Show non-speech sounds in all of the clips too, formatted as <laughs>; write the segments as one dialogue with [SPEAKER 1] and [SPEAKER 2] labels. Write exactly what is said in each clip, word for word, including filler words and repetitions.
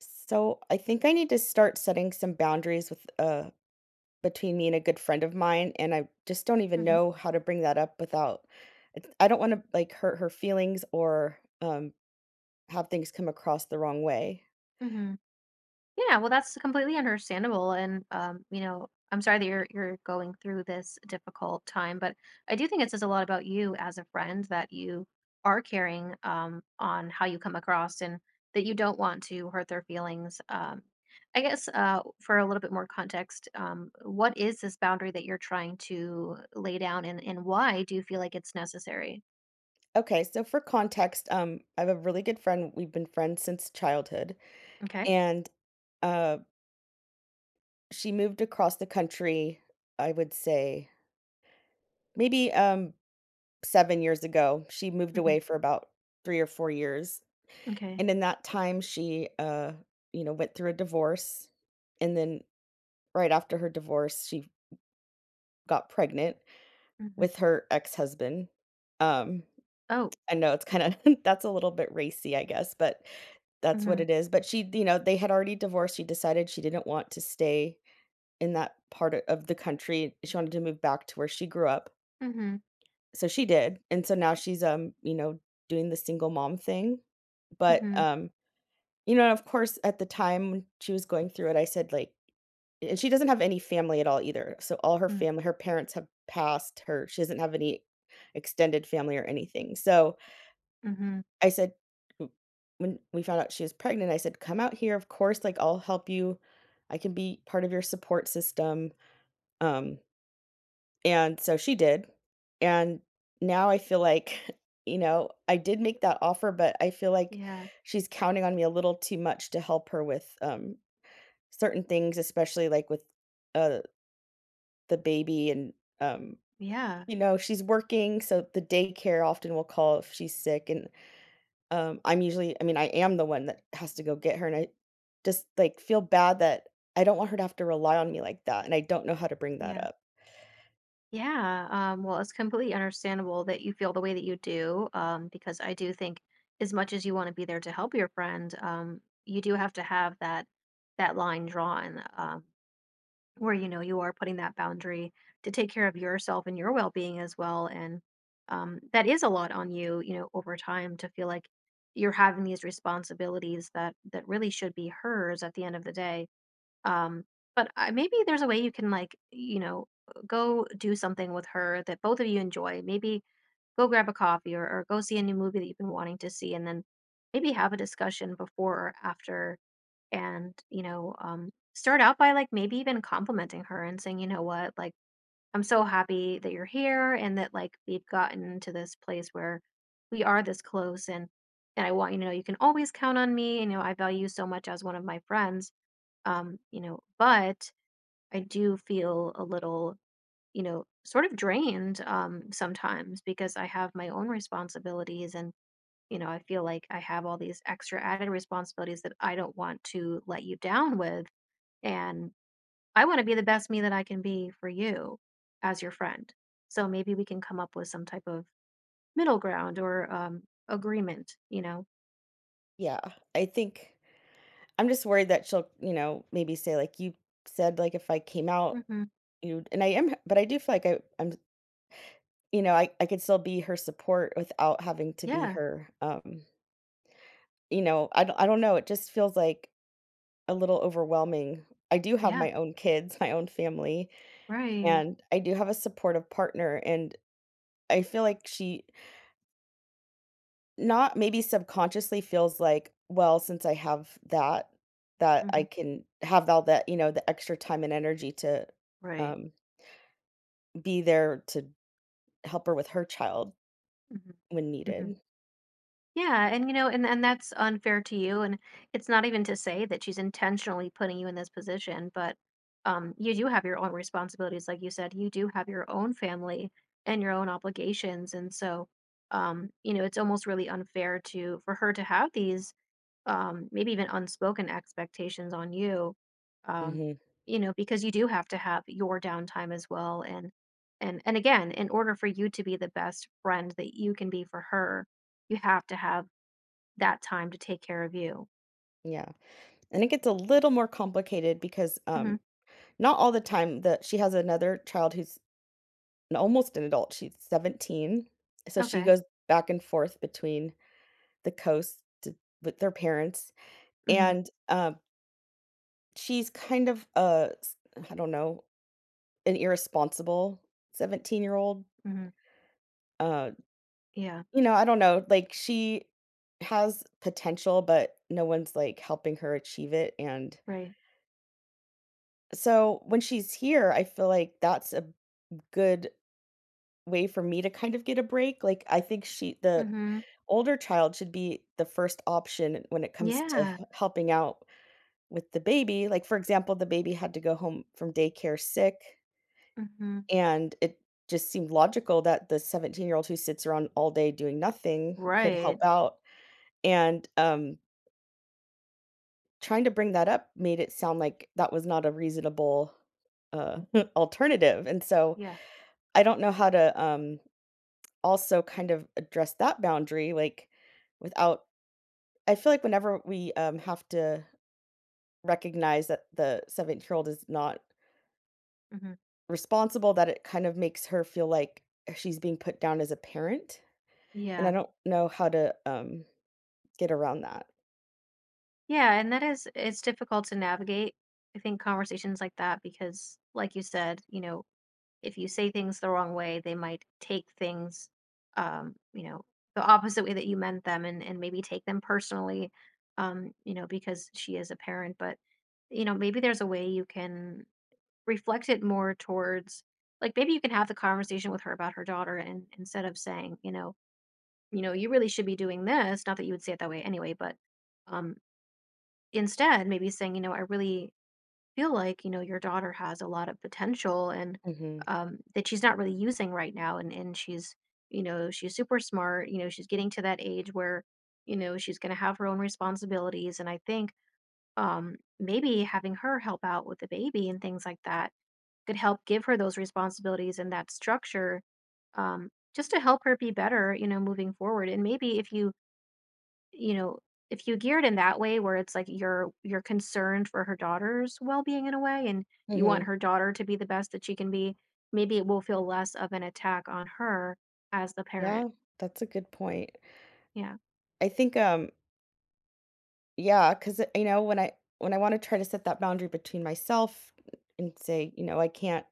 [SPEAKER 1] So I think I need to start setting some boundaries with uh between me and a good friend of mine, and I just don't even
[SPEAKER 2] Mhm,
[SPEAKER 1] know how to bring that up without. It's- I don't want to like hurt her feelings or um have things come across the wrong way.
[SPEAKER 2] mhm. Yeah, well, that's completely understandable, and, um, you know, I'm sorry that you're you're going through this difficult time, but I do think it says a lot about you as a friend that you are caring, um, on how you come across and that you don't want to hurt their feelings. Um, I guess, uh, for a little bit more context, um, what is this boundary that you're trying to lay down, and and why do you feel like it's necessary?
[SPEAKER 1] Okay, so for context, um, I have a really good friend. We've been friends since childhood,
[SPEAKER 2] Okay.
[SPEAKER 1] and uh, she moved across the country, I would say maybe, um, seven years ago. She moved
[SPEAKER 2] Mhm,
[SPEAKER 1] away for about three or four years,
[SPEAKER 2] okay.
[SPEAKER 1] and in that time, she, uh, you know, went through a divorce, and then right after her divorce, she got pregnant
[SPEAKER 2] Mhm.
[SPEAKER 1] with her ex-husband. Um,
[SPEAKER 2] Oh.
[SPEAKER 1] I know it's kinda <laughs> that's a little bit racy, I guess, but that's what
[SPEAKER 2] Mhm.
[SPEAKER 1] it is. But she you know, they had already divorced. She decided she didn't want to stay in that part o of the country, she wanted to move back to where she grew up.
[SPEAKER 2] Mhm.
[SPEAKER 1] So she did, and so now she's, um, you know, doing the single mom thing, but,
[SPEAKER 2] Mhm.
[SPEAKER 1] um, you know, of course, at the time when she was going through it, I said, like, and she doesn't have any family at all either, so all her
[SPEAKER 2] Mm,
[SPEAKER 1] family her parents have passed, her she doesn't have any extended family or anything, so
[SPEAKER 2] mhm.
[SPEAKER 1] I said w when we found out she was pregnant, I said, "Come out here, of course, like, I'll help you. I can be part of your support system." Um and so she did, and now I feel like, <laughs> you know, I did make that offer, but I feel like
[SPEAKER 2] Yeah,
[SPEAKER 1] she's counting on me a little too much to help her with, um, certain things, especially, like, with, uh, the baby and, um,
[SPEAKER 2] yeah,
[SPEAKER 1] you know, she's working, so the daycare often will call if she's sick, and um, I'm usually I mean, I am the one that has to go get her, and I just, like, feel bad that I don't want her to have to rely on me like that, and I don't know how to bring that
[SPEAKER 2] yeah,
[SPEAKER 1] up.
[SPEAKER 2] yeah. Um, well, it's completely understandable that you feel the way that you do, um, because I do think as much as you want to be there to help your friend, um, you do have to have that that line drawn, um, where you know you are putting that boundary to take care of yourself and your well-being as well. And um, that is a lot on you, you know, over time to feel like you're having these responsibilities that that really should be hers at the end of the day. Um, but I, maybe there's a way you can like, you know, go do something with her that both of you enjoy. Maybe go grab a coffee or, or go see a new movie that you've been wanting to see, and then maybe have a discussion before or after, and you know, um, start out by like maybe even complimenting her and saying, you know what, like I'm so happy that you're here and that like we've gotten to this place where we are this close and and I want you to know you can always count on me. You know, I value you so much as one of my friends. Um, you know, but I do feel a little, you know, sort of drained, um, sometimes because I have my own responsibilities and, you know, I feel like I have all these extra added responsibilities that I don't want to let you down with. And I want to be the best me that I can be for you as your friend. So maybe we can come up with some type of middle ground or um, agreement, you know?
[SPEAKER 1] Yeah, I think I'm just worried that she'll, you know, maybe say like you said, like if I came out,
[SPEAKER 2] Hmm.
[SPEAKER 1] you and I am, but I do feel like I, I'm, you know, I, I could still be her support without having to be
[SPEAKER 2] Yeah.
[SPEAKER 1] her. Um, you know, I don't, I don't know. It just feels like a little overwhelming. I do have
[SPEAKER 2] Yeah.
[SPEAKER 1] my own kids, my own family,
[SPEAKER 2] Right.
[SPEAKER 1] and I do have a supportive partner, and I feel like she not maybe subconsciously feels like, "Well, since I have that, that I
[SPEAKER 2] Hmm.
[SPEAKER 1] can have all that, you know, the extra time and energy to,
[SPEAKER 2] Right.
[SPEAKER 1] um, be there to help her with her child
[SPEAKER 2] Hmm.
[SPEAKER 1] when
[SPEAKER 2] Hmm.
[SPEAKER 1] needed."
[SPEAKER 2] Yeah, and you know, and and that's unfair to you. And it's not even to say that she's intentionally putting you in this position, but um, you do have your own responsibilities, like you said. You do have your own family and your own obligations, and so um, you know, it's almost really unfair to for her to have these, um, maybe even unspoken expectations on you, um,
[SPEAKER 1] Mhm,
[SPEAKER 2] you know, because you do have to have your downtime as well. And and and again, in order for you to be the best friend that you can be for her, you have to have that time to take care of you.
[SPEAKER 1] yeah, and it gets a little more complicated because, um,
[SPEAKER 2] Mhm.
[SPEAKER 1] not all the time that she has another child who's an almost an adult. She's seventeen, so she
[SPEAKER 2] Okay.
[SPEAKER 1] goes back and forth between the coast to with their parents,
[SPEAKER 2] Mhm.
[SPEAKER 1] and, um, she's kind of a s I don't know, an irresponsible seventeen-year-old,
[SPEAKER 2] Mhm.
[SPEAKER 1] uh,
[SPEAKER 2] Yeah.
[SPEAKER 1] you know, I don't know, like, she has potential, but no one's, like, helping her achieve it, and
[SPEAKER 2] Right.
[SPEAKER 1] so when she's here, I feel like that's a good way for me to kind of get a break. Like, I think she the
[SPEAKER 2] Mhm.
[SPEAKER 1] older child should be the first option when it comes to h
[SPEAKER 2] Yeah.
[SPEAKER 1] helping out with the baby. Like, for example, the baby had to go home from daycare sick,
[SPEAKER 2] Mhm.
[SPEAKER 1] and it just seemed logical that the seventeen-year-old who sits around all day doing nothing could help
[SPEAKER 2] Right.
[SPEAKER 1] out, and, um, trying to bring that up made it sound like that was not a reasonable, uh, <laughs> alternative, and so
[SPEAKER 2] Yeah.
[SPEAKER 1] I don't know how to, um also kind of address that boundary, like, without I feel like whenever we, um, have to recognize that the seventh-year-old is not
[SPEAKER 2] Mhm.
[SPEAKER 1] responsible, that it kind of makes her feel like she's being put down as a parent, and I
[SPEAKER 2] Yeah.
[SPEAKER 1] don't know how to, um, get around that.
[SPEAKER 2] Yeah, and that is, it's difficult to navigate, I think, conversations like that because, like you said, you know, if you say things the wrong way, they might take things, um, you know, the opposite way that you meant them, and, and maybe take them personally, um, you know, because she is a parent. But, you know, maybe there's a way you can reflect it more towards, like maybe you can have the conversation with her about her daughter, and instead of saying, you know, you know, you really should be doing this, not that you would say it that way anyway, but um instead maybe saying, you know, I really feel like, you know, your daughter has a lot of potential and,
[SPEAKER 1] Mhm.
[SPEAKER 2] um that she's not really using right now, and and she's, you know, she's super smart, you know, she's getting to that age where, you know, she's going to have her own responsibilities, and I think, um maybe having her help out with the baby and things like that could help give her those responsibilities and that structure, um, just to help her be better, you know, moving forward. And maybe if you, you know, if you gear it in that way where it's like you're you're concerned for her daughter's well-being in a way, and you want
[SPEAKER 1] Mhm.
[SPEAKER 2] her daughter to be the best that she can be, maybe it will feel less of an attack on her as the parent.
[SPEAKER 1] Yeah, that's a good point.
[SPEAKER 2] Yeah.
[SPEAKER 1] I think, um, yeah, because you know when I when I want to try to set that boundary between myself and say, you know, I can't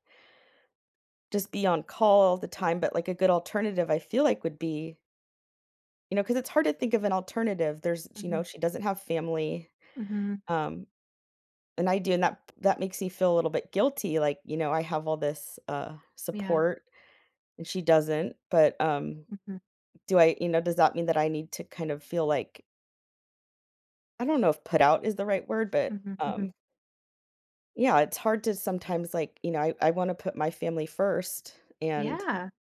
[SPEAKER 1] just be on call all the time, but like a good alternative, I feel like would be, you know, because it's hard to think of an alternative. There's, you
[SPEAKER 2] Hmm.
[SPEAKER 1] know, she doesn't have family,
[SPEAKER 2] Hmm.
[SPEAKER 1] um, and I do, and that that makes me feel a little bit guilty. Like, you know, I have all this uh,
[SPEAKER 2] Yeah.
[SPEAKER 1] support and she doesn't, but um,
[SPEAKER 2] Hmm.
[SPEAKER 1] do I, you know, does that mean that I need to kind of feel like I don't know if put out is the right word, but,
[SPEAKER 2] Hmm. Hmm.
[SPEAKER 1] um, yeah, it's hard to sometimes, like, you know, I I wanna put my family first and,
[SPEAKER 2] Yeah,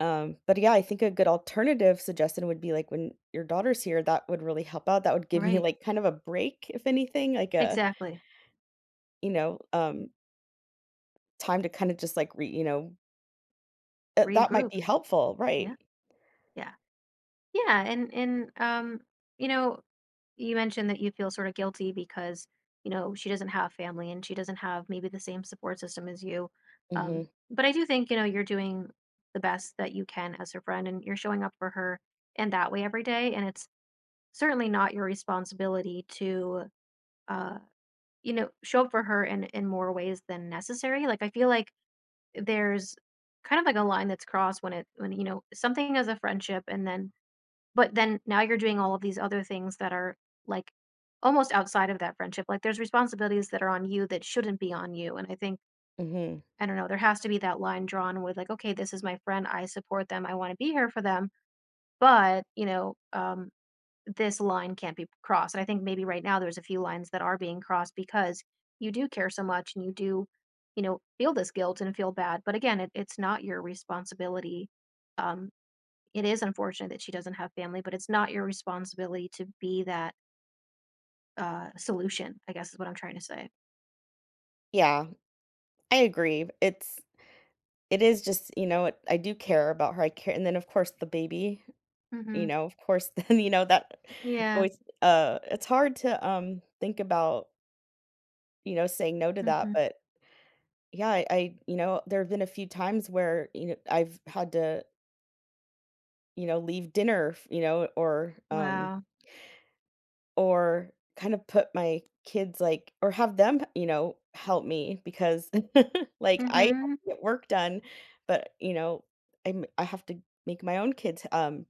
[SPEAKER 1] um, but, yeah, I think a good alternative suggestion would be, like, when your daughter's here, that would really help out. That would give me,
[SPEAKER 2] right,
[SPEAKER 1] like, kind of a break, if anything, like a,
[SPEAKER 2] exactly.
[SPEAKER 1] you know, um, time to kinda just, like, re you know, uh, that might
[SPEAKER 2] Regroup.
[SPEAKER 1] be helpful,
[SPEAKER 2] Yeah.
[SPEAKER 1] right.
[SPEAKER 2] Yeah. Yeah, and and um you know, you mentioned that you feel sort of guilty because, you know, she doesn't have family and she doesn't have maybe the same support system as you. um,
[SPEAKER 1] Mhm,
[SPEAKER 2] but I do think, you know, you're doing the best that you can as her friend, and you're showing up for her in that way every day, and it's certainly not your responsibility to, uh, you know, show up for her in in more ways than necessary. Like I feel like there's kind of like a line that's crossed when it, when, you know, something is a friendship, and then but then now you're doing all of these other things that are like almost outside of that friendship. Like there's responsibilities that are on you that shouldn't be on you. And I think,
[SPEAKER 1] mhm.
[SPEAKER 2] I don't know, there has to be that line drawn with, like, okay, this is my friend. I support them. I want to be here for them. But, you know, um, this line can't be crossed. And I think maybe right now there's a few lines that are being crossed because you do care so much and you do, you know, feel this guilt and feel bad. But again, it, it's not your responsibility. Um, it is unfortunate that she doesn't have family, but it's not your responsibility to be that, uh, solution, I guess is what I'm trying to say.
[SPEAKER 1] Yeah, I agree. It's it is just, you know, it, I do care about her. I care and then, of course, the baby. You
[SPEAKER 2] Mhm.
[SPEAKER 1] know, of course, <laughs> then, you know, that
[SPEAKER 2] Yeah.
[SPEAKER 1] always, uh, it's hard to, um, think about, you know, saying no to that,
[SPEAKER 2] Mhm.
[SPEAKER 1] but yeah, I I you know, there have been a few times where, you know, I've had to, you know, leave dinner, f you know, or, um,
[SPEAKER 2] Wow.
[SPEAKER 1] or kind of put my kids, like or have them, you know, help me because, <laughs> like, I have
[SPEAKER 2] Mhm.
[SPEAKER 1] to get work done, but, you know, I'm I have to make my own kids, um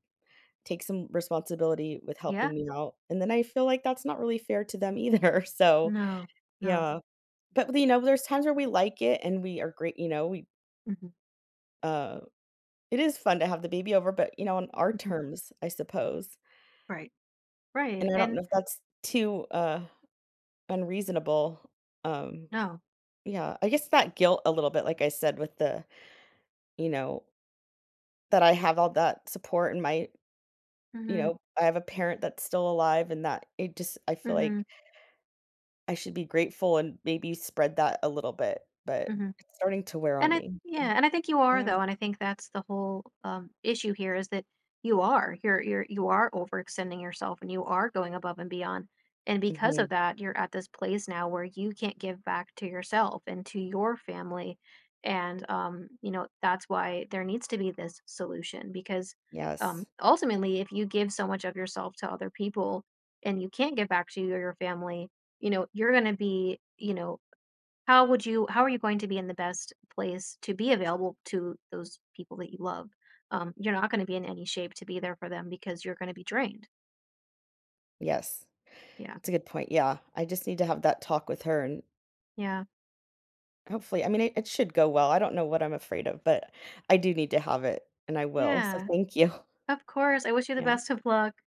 [SPEAKER 1] take some responsibility with
[SPEAKER 2] Yeah.
[SPEAKER 1] helping me out, and then I feel like that's not really fair to them either, <laughs> so,
[SPEAKER 2] No. No.
[SPEAKER 1] yeah. But, you know, there's times where we like it and we are great you know, we,
[SPEAKER 2] Mhm.
[SPEAKER 1] uh it is fun to have the baby over, but, you know, on our
[SPEAKER 2] Mhm.
[SPEAKER 1] terms, I suppose,
[SPEAKER 2] Right. Right.
[SPEAKER 1] and I don't
[SPEAKER 2] And
[SPEAKER 1] know if that's too, uh, unreasonable, um,
[SPEAKER 2] no.
[SPEAKER 1] yeah, I guess that guilt a little bit, like I said, with the you know, that I have all that support and my you
[SPEAKER 2] Mhm.
[SPEAKER 1] know, I have a parent that's still alive and that it just I feel like
[SPEAKER 2] Mhm.
[SPEAKER 1] I should be grateful and maybe spread that a little bit, but
[SPEAKER 2] Mhm.
[SPEAKER 1] it's starting to wear on
[SPEAKER 2] And I,
[SPEAKER 1] me, so
[SPEAKER 2] yeah, and I think you are
[SPEAKER 1] yeah.
[SPEAKER 2] though, and I think that's the whole, um, issue here is that you are, you're you're you are overextending yourself and you are going above and beyond. And because of
[SPEAKER 1] Mhm.
[SPEAKER 2] that, you're at this place now where you can't give back to yourself and to your family. And um, you know, that's why there needs to be this solution because um
[SPEAKER 1] Yes.
[SPEAKER 2] ultimately, if you give so much of yourself to other people and you can't give back to your family, you know, you're gonna be, you know, how would you, how are you going to be in the best place to be available to those people that you love? Um, you're not gonna be in any shape to be there for them because you're gonna be drained.
[SPEAKER 1] Yes.
[SPEAKER 2] Yeah.
[SPEAKER 1] That's a good point, yeah. I just need to have that talk with her and
[SPEAKER 2] Yeah.
[SPEAKER 1] hopefully I mean, it it should go well, I don't know what I'm afraid of, but I do need to have it, and I will, so
[SPEAKER 2] Yeah.
[SPEAKER 1] thank you. <laughs>
[SPEAKER 2] Of course. I wish you the
[SPEAKER 1] Yeah.
[SPEAKER 2] best of luck.